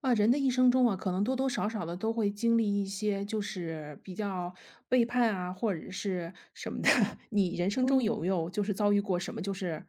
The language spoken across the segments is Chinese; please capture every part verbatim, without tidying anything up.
啊，人的一生中啊，可能多多少少的都会经历一些，就是比较背叛啊，或者是什么的。你人生中有没嗯，有就是遭遇过什么，就是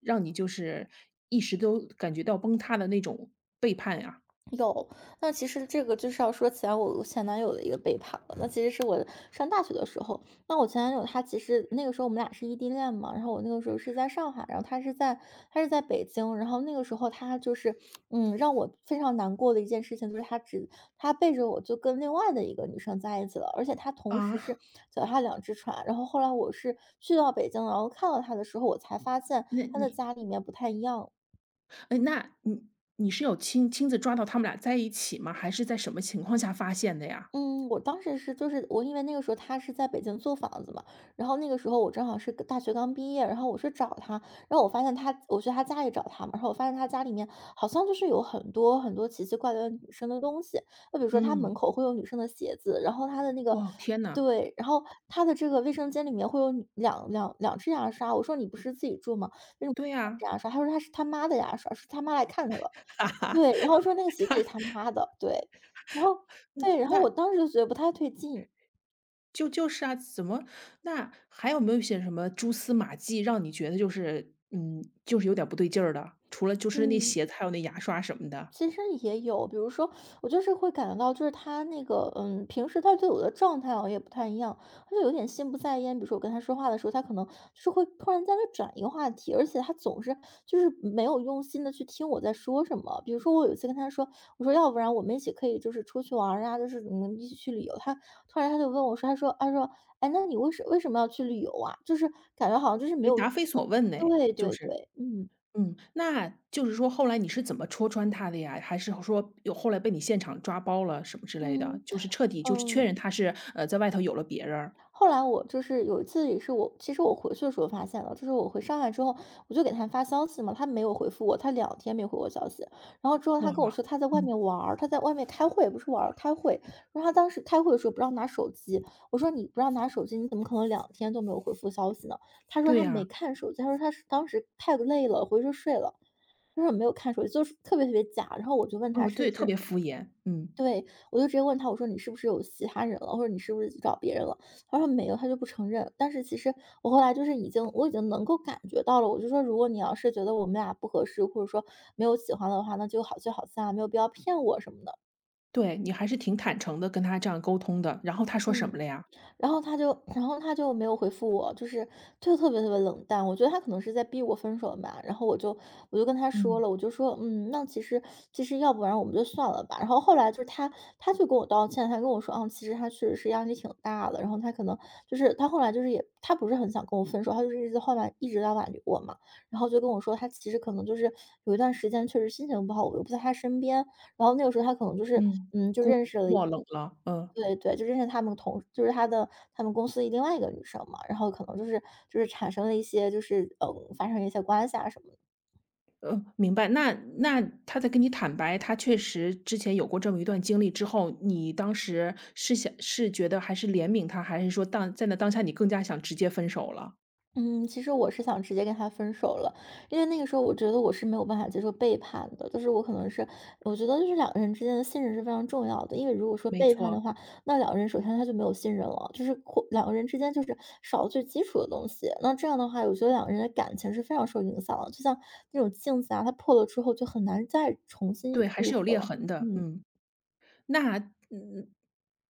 让你就是一时都感觉到崩塌的那种背叛呀？有。那其实这个就是要说起来我前男友的一个背叛了。那其实是我上大学的时候，那我前男友他其实那个时候我们俩是异地恋嘛，然后我那个时候是在上海，然后他是在他是在北京，然后那个时候他就是嗯，让我非常难过的一件事情就是他只他背着我就跟另外的一个女生在一起了，而且他同时啊，是脚踏两只船。然后后来我是去到北京，然后看到他的时候，我才发现那他的你，家里面不太一样了哎，那你你是有亲亲自抓到他们俩在一起吗？还是在什么情况下发现的呀？嗯，我当时是就是我因为那个时候他是在北京租房子嘛，然后那个时候我正好是个大学刚毕业，然后我去找他，然后我发现他，我去他家里找他嘛，然后我发现他家里面好像就是有很多很多奇奇怪怪的女生的东西，就比如说他门嗯，口会有女生的鞋子，然后他的那个。哦，天呐，对，然后他的这个卫生间里面会有女两两两只牙刷，我说你不是自己住吗？为什么对两只呀，牙刷？他说他是他妈的牙刷，是他妈来看他 了。哈哈，对，然后说那个鞋子也是他妈的，对。然后对，然后那我那当时就觉得不太对劲，就就是啊，怎么那还有没有一些什么蛛丝马迹，让你觉得就是，嗯，就是有点不对劲儿的？除了就是那嗯。鞋子，还有那牙刷什么的，其实也有，比如说，我就是会感觉到，就是他那个，嗯，平时他对我的状态好像也不太一样，他就有点心不在焉。比如说我跟他说话的时候，他可能就是会突然在就转一个话题，而且他总是就是没有用心的去听我在说什么。比如说我有一次跟他说，我说要不然我们一起可以就是出去玩儿啊，就是我们一起去旅游。他突然他就问我说，他说他说，哎，那你为什为什么要去旅游啊？就是感觉好像就是没哎，有，答非所问呢，对就对是。对，嗯嗯，那就是说后来你是怎么戳穿他的呀？还是说有后来被你现场抓包了什么之类的？嗯就是彻底就是确嗯。认他是，呃，在外头有了别人儿后来我就是有一次也是我其实我回去的时候发现了，就是我回上海之后，我就给他发消息嘛，他没有回复我，他两天没回我消息。然后之后他哇，跟我说他在外嗯，面玩儿，他在外面开会，不是玩儿，开会。然后他当时开会的时候不让拿手机，我说：“你不让拿手机，你怎么可能两天都没有回复消息呢？”他说对他没呀，看手机，他说他是当时太累了，回去睡了。他说没有看手机，就是特别特别假。然后我就问他哦，是对，不特是。别敷衍，嗯，对，我就直接问他，我说：“你是不是有其他人了？或者你是不是找别人了？”他说：“没有。”他就不承认。但是其实我后来就是已经我已经能够感觉到了，我就说：“如果你要是觉得我们俩不合适，或者说没有喜欢的话，那就好聚好散啊没有必要骗我什么的。”对，你还是挺坦诚的跟他这样沟通的，然后他说什么嗯。了呀？然后他就然后他就没有回复我，就是就特别特别冷淡。我觉得他可能是在逼我分手吧，然后我就我就跟他说嗯，了，我就说，嗯，那其实其实要不然我们就算了吧。然后后来就是他他就跟我道歉，他跟我说，啊，其实他确实是压力挺大的，然后他可能就是他后来就是也他不是很想跟我分手，他就是一直后来一直在挽留我嘛，然后就跟我说他其实可能就是有一段时间确实心情不好，我又不在他身边，然后那个时候他可能就是嗯。嗯就认识了。哇，冷了，嗯，对对，就认识他们同就是他的他们公司另外一个女生嘛，然后可能就是就是产生了一些就是，嗯，发生了一些关系啊什么的。嗯，明白。那那他在跟你坦白，他确实之前有过这么一段经历之后，你当时是想是觉得还是怜悯他，还是说当在那当下你更加想直接分手了？嗯，其实我是想直接跟他分手了，因为那个时候我觉得我是没有办法接受背叛的，就是我可能是，我觉得就是两个人之间的信任是非常重要的，因为如果说没背叛的错，话，那两个人首先他就没有信任了，就是或两个人之间就是少了最基础的东西，那这样的话，我觉得两个人的感情是非常受影响的，就像那种镜子啊，它破了之后就很难再重新对，还愈是有合裂了，痕的，嗯。嗯。那嗯，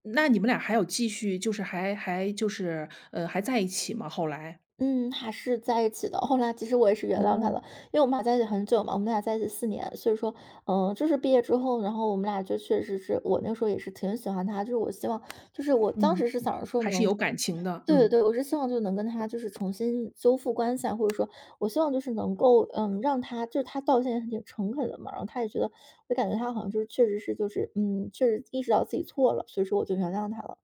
那你们俩还有继续就是还还就是，呃，还在一起吗？后来？嗯，还是在一起的。后来其实我也是原谅他哦，了，因为我们俩在一起很久嘛，我们俩在一起四年，所以说，嗯，就是毕业之后，然后我们俩就确实是我那个时候也是挺喜欢他，就是我希望，就是我当嗯，时是想着说还是能，有感情的，对对嗯。对，我是希望就能跟他就是重新修复关系啊，或者说我希望就是能够，嗯，让他就是他道歉也挺诚恳的嘛，然后他也觉得，我感觉他好像就是确实是就是，嗯，确实意识到自己错了，所以说我就原谅他了。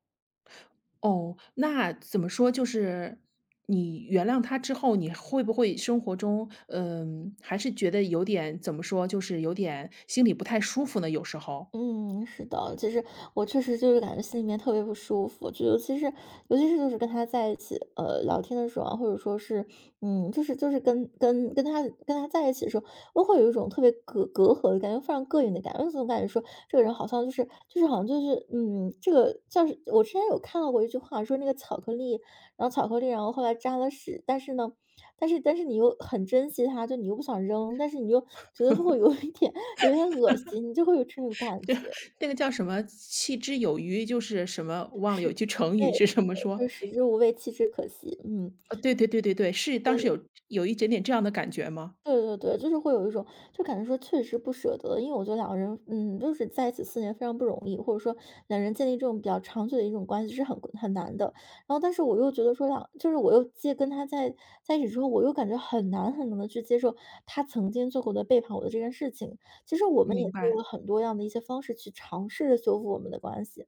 哦，那怎么说，就是你原谅他之后，你会不会生活中，嗯，还是觉得有点怎么说，就是有点心里不太舒服呢？有时候嗯，是的，其实我确实就是感觉心里面特别不舒服，就尤其是尤其是就是跟他在一起，呃，聊天的时候啊，或者说是，嗯，就是就是跟跟跟他跟他在一起的时候，我会有一种特别隔隔阂的感觉，非常膈应的感觉，总感觉说这个人好像就是就是好像就是，嗯，这个像是我之前有看到过一句话说那个巧克力，然后巧克力，然后后来沾了屎，但是呢。但是但是你又很珍惜它，就你又不想扔，但是你又觉得它会有一点有一点恶心，你就会有这种感觉。那个叫什么“弃之有余”，就是什么忘了有句成对，语是什么说？就是食之无味，弃之可惜。嗯，呃，对对对对对，是当时有有一点点这样的感觉吗？对对对，就是会有一种，就感觉说确实不舍得，因为我觉得两个人，嗯，就是在一起四年非常不容易，或者说两人建立这种比较长久的一种关系是很很难的。然后，但是我又觉得说两，就是我又接跟他在在一起之后，我又感觉很难很难的去接受他曾经做过的背叛我的这件事情。其实我们也明做白。了很多样的一些方式去尝试着修复我们的关系，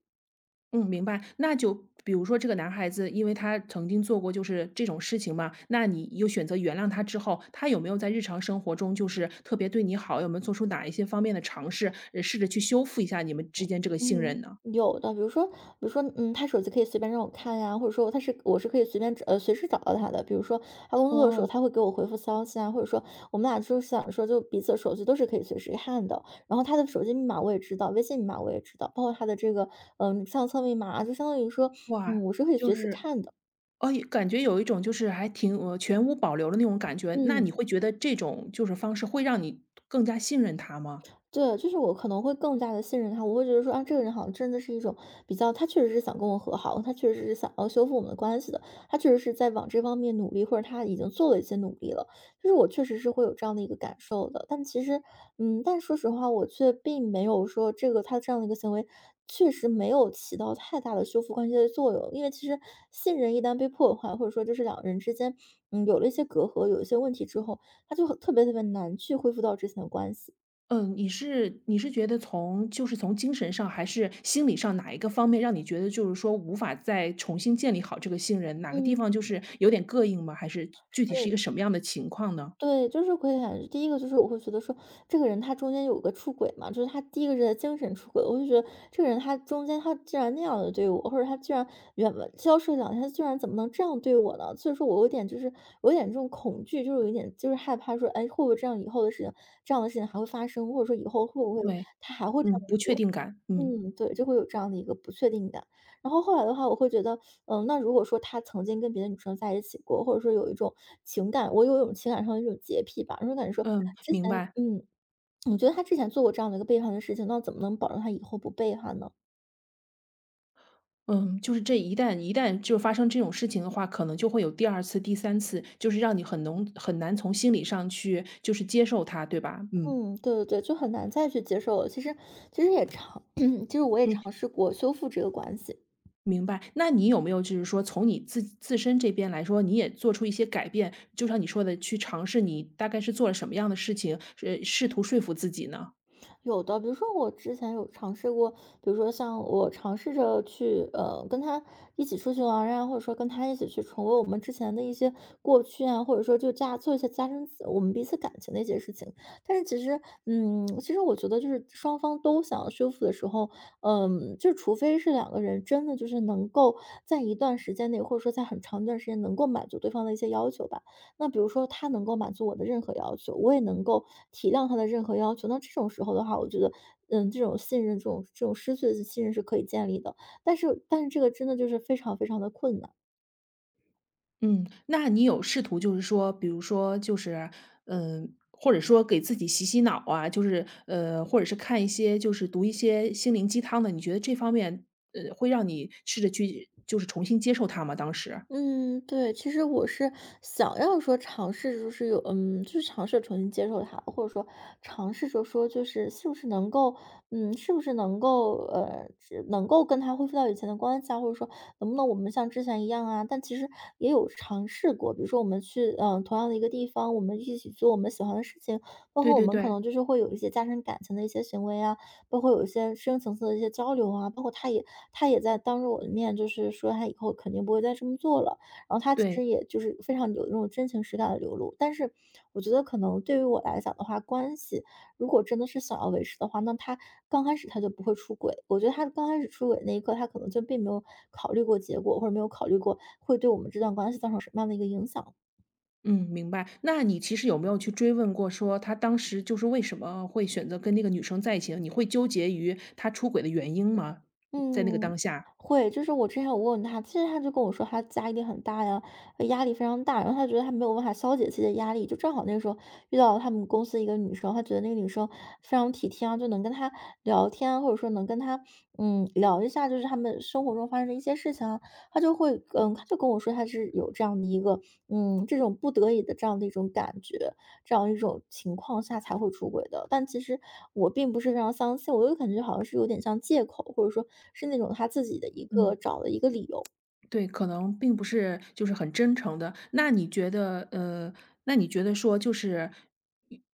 嗯，明白。那就比如说这个男孩子，因为他曾经做过就是这种事情嘛，那你又选择原谅他之后，他有没有在日常生活中就是特别对你好？有没有做出哪一些方面的尝试，呃，试着去修复一下你们之间这个信嗯，任呢？有的，比如说，比如说，嗯，他手机可以随便让我看呀，或者说他是我是可以随便找呃随时找到他的。比如说他工作的时候，哦，他会给我回复消息啊，或者说我们俩就是想说，就彼此的手机都是可以随时看的。然后他的手机密码我也知道，微信密码我也知道，包括他的这个嗯、呃相册密码啊就相当于说，嗯，哇，我是可以就随时是看的。哦，感觉有一种就是还挺呃全无保留的那种感觉。那嗯。你会觉得这种就是方式会让你更加信任他吗？对，就是我可能会更加的信任他，我会觉得说，啊，这个人好像真的是一种比较他确实是想跟我和好，他确实是想要修复我们的关系的，他确实是在往这方面努力，或者他已经做了一些努力了，就是我确实是会有这样的一个感受的。但其实嗯，但说实话，我却并没有说这个他这样的一个行为，确实没有起到太大的修复关系的作用。因为其实信任一旦被破坏，或者说就是两个人之间，嗯，有了一些隔阂，有一些问题之后，他就很特别特别难去恢复到之前的关系。嗯，你是你是觉得从就是从精神上还是心理上哪一个方面让你觉得就是说无法再重新建立好这个信任？哪个地嗯。方就是有点膈应吗？还是具体是一嗯，个什么样的情况呢？对，就是会感觉第一个就是我会觉得说，这个人他中间有个出轨嘛，就是他第一个是在精神出轨，我就觉得这个人他中间他竟然那样的对我，或者他居然远消失了两天，他居然怎么能这样对我呢？所以说我有点就是我有点这种恐惧，就是有一点就是害怕说，哎，会不会这样以后的事情，这样的事情还会发生，或者说以后会不会对，他还会这样嗯，不确做？定感，嗯嗯，对，就会有这样的一个不确定感。然后后来的话，我会觉得，嗯，那如果说他曾经跟别的女生在一起过，或者说有一种情感，我有一种情感上的一种洁癖吧，那种感觉说嗯，之前，明白。嗯，我觉得他之前做过这样的一个背叛的事情，那怎么能保证他以后不背叛呢？嗯，就是这一旦一旦就发生这种事情的话，可能就会有第二次、第三次，就是让你很能很难从心理上去就是接受它，对吧？嗯嗯，对对对，就很难再去接受了。其实，其实也尝，其实我也嗯。尝试过修复这个关系，明白，那你有没有就是说从你自自身这边来说，你也做出一些改变？就像你说的，去尝试你大概是做了什么样的事情，呃，试图说服自己呢？有的，比如说我之前有尝试过，比如说像我尝试着去呃跟他一起出去玩儿啊，或者说跟他一起去重温我们之前的一些过去啊，或者说就加做一些加深自我们彼此感情的一些事情。但是其实，嗯，其实我觉得就是双方都想要修复的时候，嗯，就除非是两个人真的就是能够在一段时间内，或者说在很长一段时间能够满足对方的一些要求吧。那比如说他能够满足我的任何要求，我也能够体谅他的任何要求。那这种时候的话，我觉得，嗯，这种信任，这种这种失去的信任是可以建立的。但是但是这个真的就是非常非常的困难。嗯，那你有试图就是说，比如说就是，嗯，或者说给自己洗洗脑啊，就是呃，或者是看一些就是读一些心灵鸡汤的，你觉得这方面呃会让你试着去就是重新接受它吗？当时？嗯，对，其实我是想要说尝试，就是有，嗯，就是尝试重新接受他，或者说尝试着说，就是是不是能够，嗯，是不是能够，呃，只能够跟他恢复到以前的关系啊，或者说能不能我们像之前一样啊？但其实也有尝试过，比如说我们去，嗯，同样的一个地方，我们一起做我们喜欢的事情，包对括我对们可对，能就是会有一些加深感情的一些行为啊，包括有一些深层次的一些交流啊，包括他也他也在当着我的面，就是说他以后肯定不会再这么做了。然后他其对。实也就是非常有那种真情实感的流露。但是我觉得可能对于我来讲的话，关系如果真的是想要维持的话，那他刚开始他就不会出轨。我觉得他刚开始出轨那一刻，他可能就并没有考虑过结果，或者没有考虑过会对我们这段关系造成什么样的一个影响。嗯，明白。那你其实有没有去追问过说他当时就是为什么会选择跟那个女生在一起呢你会纠结于他出轨的原因吗？在那个嗯，当下，会，就是我之前有问他，其实他就跟我说他家一定很大呀，呃压力非常大，然后他觉得他没有办法消解自己的压力，就正好那个时候遇到了他们公司一个女生，他觉得那个女生非常体贴啊，就能跟他聊天啊或者说能跟他嗯聊一下，就是他们生活中发生的一些事情啊，他就会嗯，他就跟我说他是有这样的一个嗯这种不得已的这样的一种感觉，这样一种情况下才会出轨的。但其实我并不是非常相信，我又感觉好像是有点像借口，或者说是那种他自己的一个嗯。找的一个理由。对，可能并不是就是很真诚的。那你觉得，呃，那你觉得说就是，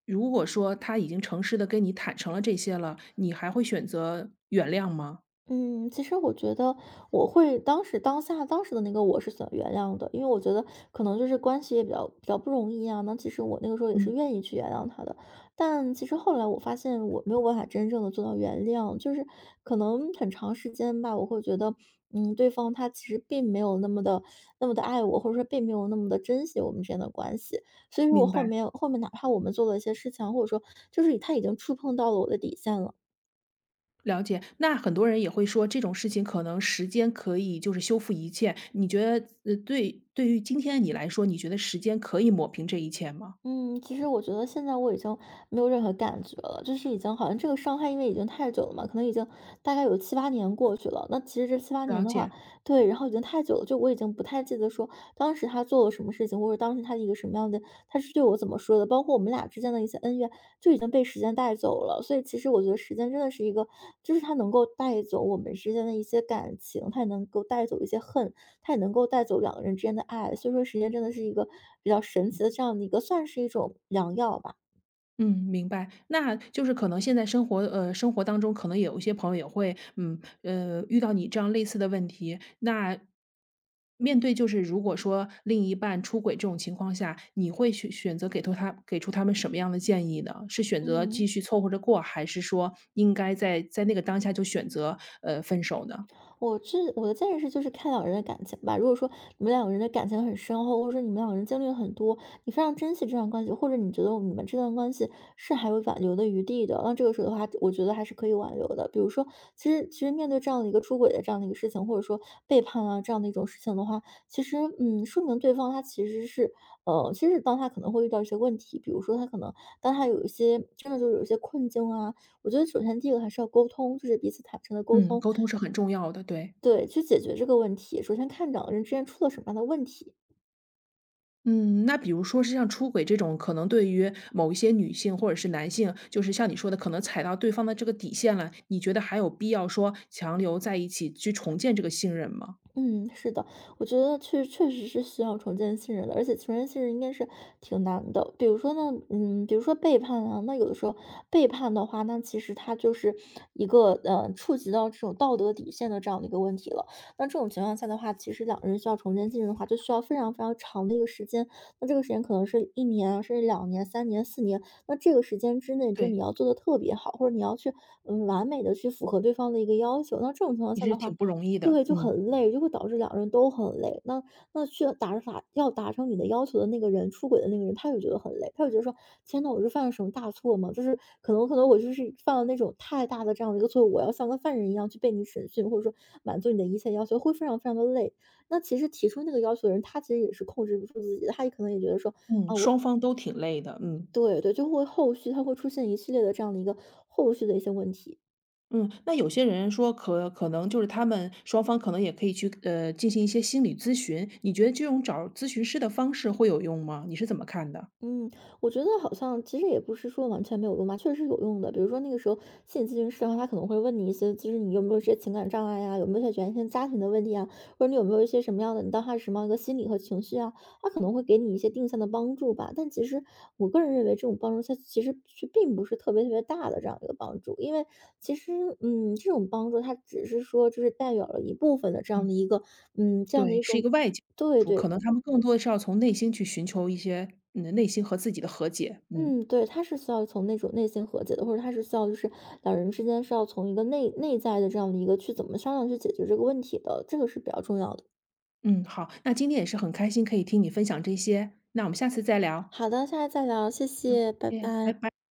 如果说他已经诚实的跟你坦诚了这些了，你还会选择原谅吗？嗯，其实我觉得我会当时当下当时的那个我是想原谅的，因为我觉得可能就是关系也比较比较不容易啊。那其实我那个时候也是嗯。愿意去原谅他的，但其实后来我发现我没有办法真正的做到原谅，就是可能很长时间吧，我会觉得，嗯，对方他其实并没有那么的那么的爱我，或者说并没有那么的珍惜我们之间的关系。所以说我明后白。面后面哪怕我们做了一些事情啊或者说就是他已经触碰到了我的底线了。了解，那很多人也会说，这种事情可能时间可以就是修复一切。你觉得，呃，对对于今天的你来说，你觉得时间可以抹平这一切吗？嗯，其实我觉得现在我已经没有任何感觉了，就是已经好像这个伤害，因为已经太久了嘛，可能已经大概有七八年过去了。那其实这七八年了的话，解。对，然后已经太久了，就我已经不太记得说当时他做了什么事情，或者当时他的一个什么样的，他是对我怎么说的，包括我们俩之间的一些恩怨，就已经被时间带走了。所以其实我觉得时间真的是一个，就是它能够带走我们之间的一些感情，它也能够带走一些恨，它也能够带走两个人之间的爱，所以说时间真的是一个比较神奇的这样的一个，算是一种良药吧。嗯，明白。那就是可能现在生活呃，生活当中可能有一些朋友也会，嗯，呃，遇到你这样类似的问题，那面对就是如果说另一半出轨这种情况下，你会选选择给出他给出他们什么样的建议呢？是选择嗯。继续凑合着过，还是说应该在在那个当下就选择，呃，分手呢？我是我的建议是，就是看两个人的感情吧。如果说你们两个人的感情很深厚，或者说你们两个人经历了很多，你非常珍惜这段关系，或者你觉得你们这段关系是还有挽留的余地的，那这个时候的话，我觉得还是可以挽留的。比如说，其实其实面对这样的一个出轨的这样的一个事情，或者说背叛啊这样的一种事情的话，其实嗯，说明对方他其实是呃，其实当他可能会遇到一些问题，比如说他可能当他有一些真的就是有一些困境啊，我觉得首先第一个还是要沟通，就是彼此坦诚的沟嗯，通，沟通是很重要的，对。对，去解决这个问题，首先看两个人之间出了什么样的问题。嗯，那比如说是像出轨这种，可能对于某一些女性或者是男性，就是像你说的，可能踩到对方的这个底线了，你觉得还有必要说强留在一起去重建这个信任吗？嗯，是的，我觉得确确实是需要重建信任的，而且重建信任应该是挺难的。比如说呢，嗯，比如说背叛啊，那有的时候背叛的话，那其实它就是一个呃触及到这种道德底线的这样的一个问题了。那这种情况下的话，其实两个人需要重建信任的话，就需要非常非常长的一个时间。那这个时间可能是一年啊，甚至两年、三年、四年。那这个时间之内，就对，你要做的特别好，或者你要去嗯完美的去符合对方的一个要求。那这种情况也下是的挺话，不容易的，对，就嗯很累，就会导致两个人都很累。那那去达成法要达成你的要求的那个人，出轨的那个人，他就觉得很累，他就觉得说："天呐，我是犯了什么大错吗？就是可能可能我就是犯了那种太大的这样的一个错误，我要像个犯人一样去被你审讯，或者说满足你的一切要求，会非常非常的累。"那其实提出那个要求的人，他其实也是控制不住自己的，他也可能也觉得说嗯，双方都挺累的，嗯对对，就会后续他会出现一系列的这样的一个后续的一些问题。嗯。那有些人说可可能就是他们双方可能也可以去呃进行一些心理咨询，你觉得这种找咨询师的方式会有用吗？你是怎么看的？嗯，我觉得好像其实也不是说完全没有用吧，确实是有用的。比如说那个时候心理咨询师的话，他可能会问你一些，就是你有没有一些情感障碍呀、有没有一些原生家庭的问题啊，或者你有没有一些什么样的，你当下是什么样的一个心理和情绪啊，他可能会给你一些定向的帮助吧。但其实我个人认为，这种帮助它其实是并不是特别特别大的这样一个帮助，因为其实嗯，这种帮助它只是说就是代表了一部分的这样嗯。的一个嗯这样的对，一是一种个外界对主，可对，能他们更多的是要从内心去寻求一些嗯，内心和自己的和解。嗯，嗯，对，他是需要从那种内心和解的，或者他是需要就是两人之间是要从一个内内在的这样的一个去怎么商量去解决这个问题的，这个是比较重要的。嗯，好，那今天也是很开心可以听你分享这些，那我们下次再聊。好的，下次再聊，谢谢，拜哎，拜。拜拜。